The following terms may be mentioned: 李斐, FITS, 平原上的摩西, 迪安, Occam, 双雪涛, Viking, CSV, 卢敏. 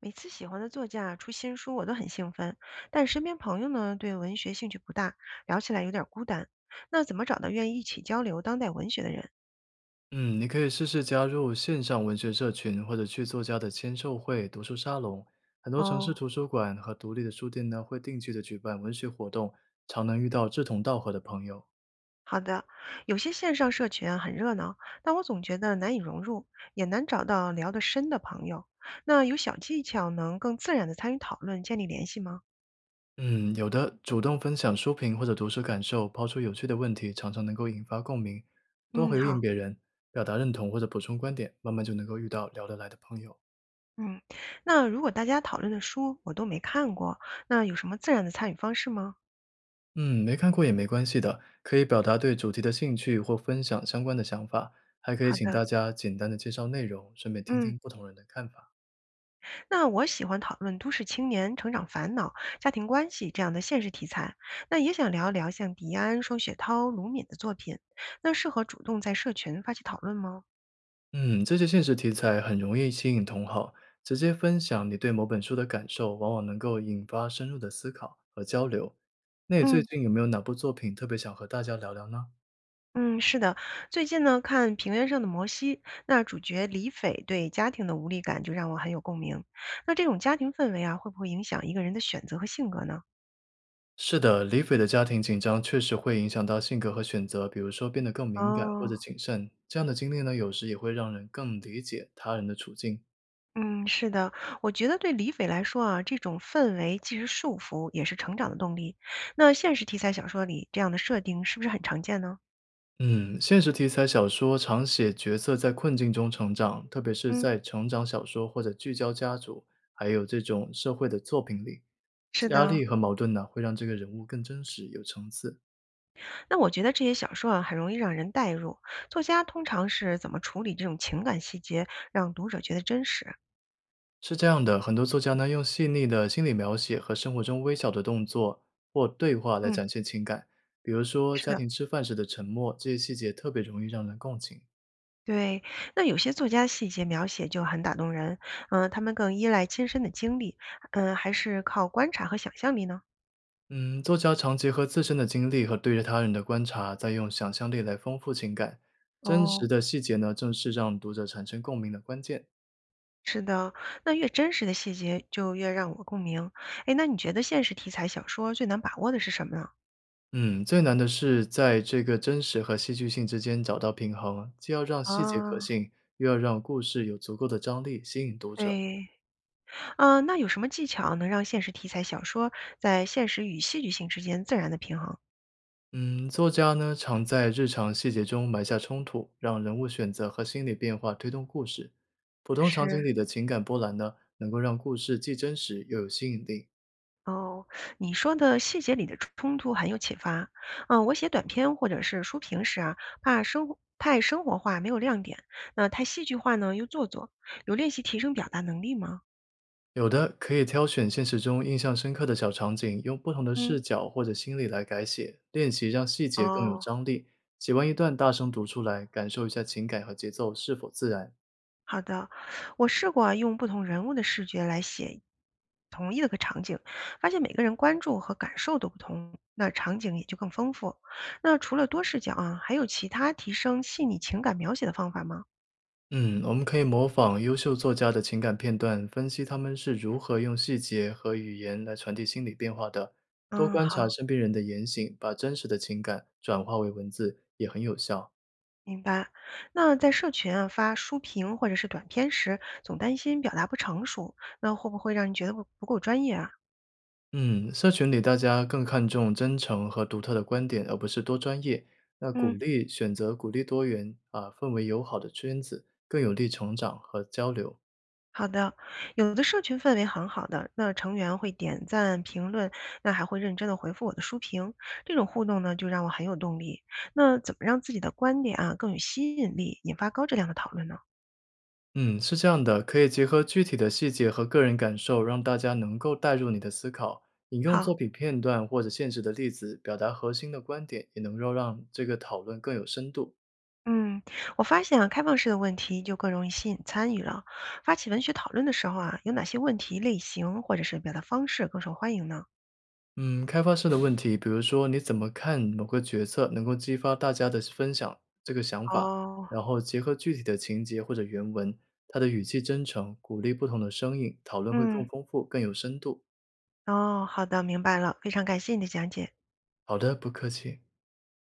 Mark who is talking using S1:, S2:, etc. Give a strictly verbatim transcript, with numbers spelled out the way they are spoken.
S1: 每次喜欢的作家啊出新书，我都很兴奋，但身边朋友呢对文学兴趣不大，聊起来有点孤单。那怎么找到愿意一起交流当代文学的人？
S2: 嗯，你可以试试加入线上文学社群，或者去作家的签售会、读书沙龙。很多城市
S1: 哦，
S2: 图书馆和独立的书店呢，会定期的举办文学活动，常能遇到志同道合的朋友。
S1: 好的，有些线上社群啊很热闹，但我总觉得难以融入，也难找到聊得深的朋友。那有小技巧能更自然的参与讨论，建立联系吗？
S2: 嗯，有的主动分享书评或者读书感受，抛出有趣的问题，常常能够引发共鸣。多
S1: 嗯，
S2: 回
S1: 好，
S2: 应别人，表达认同或者补充观点，慢慢就能够遇到聊得来的朋友。
S1: 嗯，那如果大家讨论的书我都没看过，那有什么自然的参与方式吗？
S2: 嗯，没看过也没关系的，可以表达对主题的兴趣或分享相关的想法，还可以
S1: 好
S2: 请
S1: 的，
S2: 大家简单的介绍内容，顺便听
S1: 嗯。
S2: 听不同人的看法。
S1: 那我喜欢讨论都市青年成长烦恼、家庭关系这样的现实题材，那也想聊聊像迪安、双雪涛、卢敏的作品，那适合主动在社群发起讨论吗？
S2: 嗯，这些现实题材很容易吸引同好，直接分享你对某本书的感受，往往能够引发深入的思考和交流。那你最
S1: 嗯
S2: 近有没有哪部作品特别想和大家聊聊呢？
S1: 嗯，是的，最近呢看《平原上的摩西》，那主角李斐对家庭的无力感就让我很有共鸣。那这种家庭氛围啊，会不会影响一个人的选择和性格呢？
S2: 是的，李斐的家庭紧张确实会影响到性格和选择，比如说变得更敏感或者
S1: 哦。
S2: 谨慎。这样的经历呢，有时也会让人更理解他人的处境。
S1: 嗯，是的，我觉得对李斐来说啊，这种氛围既是束缚，也是成长的动力。那现实题材小说里这样的设定是不是很常见呢？
S2: 嗯，现实题材小说常写角色在困境中成长，特别是
S1: 嗯，
S2: 在成长小说或者聚焦家族，还有这种社会的作品里，
S1: 是
S2: 压
S1: 的。
S2: 力和矛盾呢，会让这个人物更真实、有层次。
S1: 那我觉得这些小说啊，很容易让人代入。作家通常是怎么处理这种情感细节，让读者觉得真实？
S2: 是这样的，很多作家呢，用细腻的心理描写和生活中微小的动作或对话来
S1: 嗯，
S2: 展现情感，比如说
S1: 是
S2: 家
S1: 的。
S2: 庭吃饭时的沉默，这些细节特别容易让人共情。
S1: 对，那有些作家细节描写就很打动人，嗯、他们更依赖亲身的经历，嗯、还是靠观察和想象力呢？
S2: 嗯，作家常结合自身的经历和对着他人的观察，再用想象力来丰富情感。真
S1: 哦，
S2: 实的细节呢，正是让读者产生共鸣的关键。
S1: 是的，那越真实的细节就越让我共鸣。哎，那你觉得现实题材小说最难把握的是什么呢？
S2: 嗯，最难的是在这个真实和戏剧性之间找到平衡，既要让细节可
S1: 啊，
S2: 信，又要让故事有足够的张力吸引读者。
S1: 对，嗯、那有什么技巧能让现实题材小说在现实与戏剧性之间自然的平衡？
S2: 嗯，作家呢常在日常细节中埋下冲突，让人物选择和心理变化推动故事。普通场景
S1: 是。
S2: 里的情感波澜呢，能够让故事既真实又有吸引力。
S1: 哦，你说的细节里的冲突很有启发。嗯、我写短篇或者是书评时啊，怕生活太生活化没有亮点，那太戏剧化呢又做作。有练习提升表达能力吗？
S2: 有的可以挑选现实中印象深刻的小场景，用不同的
S1: 嗯，
S2: 视角或者心理来改写，练习让细节更有
S1: 哦。
S2: 张力。写完一段，大声读出来，感受一下情感和节奏是否自然。
S1: 好的，我试过啊用不同人物的视觉来写同一个场景，发现每个人关注和感受都不同，那场景也就更丰富。那除了多视角啊，还有其他提升细腻情感描写的方法吗？
S2: 嗯，我们可以模仿优秀作家的情感片段，分析他们是如何用细节和语言来传递心理变化的。多
S1: 嗯，
S2: 观察
S1: 好，
S2: 身边人的言行，把真实的情感转化为文字，也很有效。
S1: 明白。那在社群啊发书评或者是短片时，总担心表达不成熟，那会不会让人觉得不不够专业啊？
S2: 嗯，社群里大家更看重真诚和独特的观点，而不是多专业。那鼓
S1: 嗯。
S2: 励选择鼓励多元啊，氛围友好的圈子，更有利成长和交流。
S1: 好的，有的社群氛围很好的，那成员会点赞、评论，那还会认真的回复我的书评，这种互动呢，就让我很有动力。那怎么让自己的观点啊更有吸引力，引发高质量的讨论呢？
S2: 嗯，是这样的，可以结合具体的细节和个人感受，让大家能够带入你的思考。引用
S1: 好，
S2: 作品片段或者现实的例子，表达核心的观点，也能够让这个讨论更有深度。
S1: 嗯，我发现啊，开放式的问题就更容易吸引参与了。发起文学讨论的时候啊，有哪些问题类型或者是表达方式更受欢迎呢？
S2: 嗯，开发式的问题，比如说你怎么看某个决策能够激发大家的分享这个想法，
S1: 哦，
S2: 然后结合具体的情节或者原文，它的语气真诚，鼓励不同的声音，讨论会更
S1: 嗯，
S2: 丰富、更有深度。
S1: 哦，好的，明白了，非常感谢你的讲解。
S2: 好的，不客气。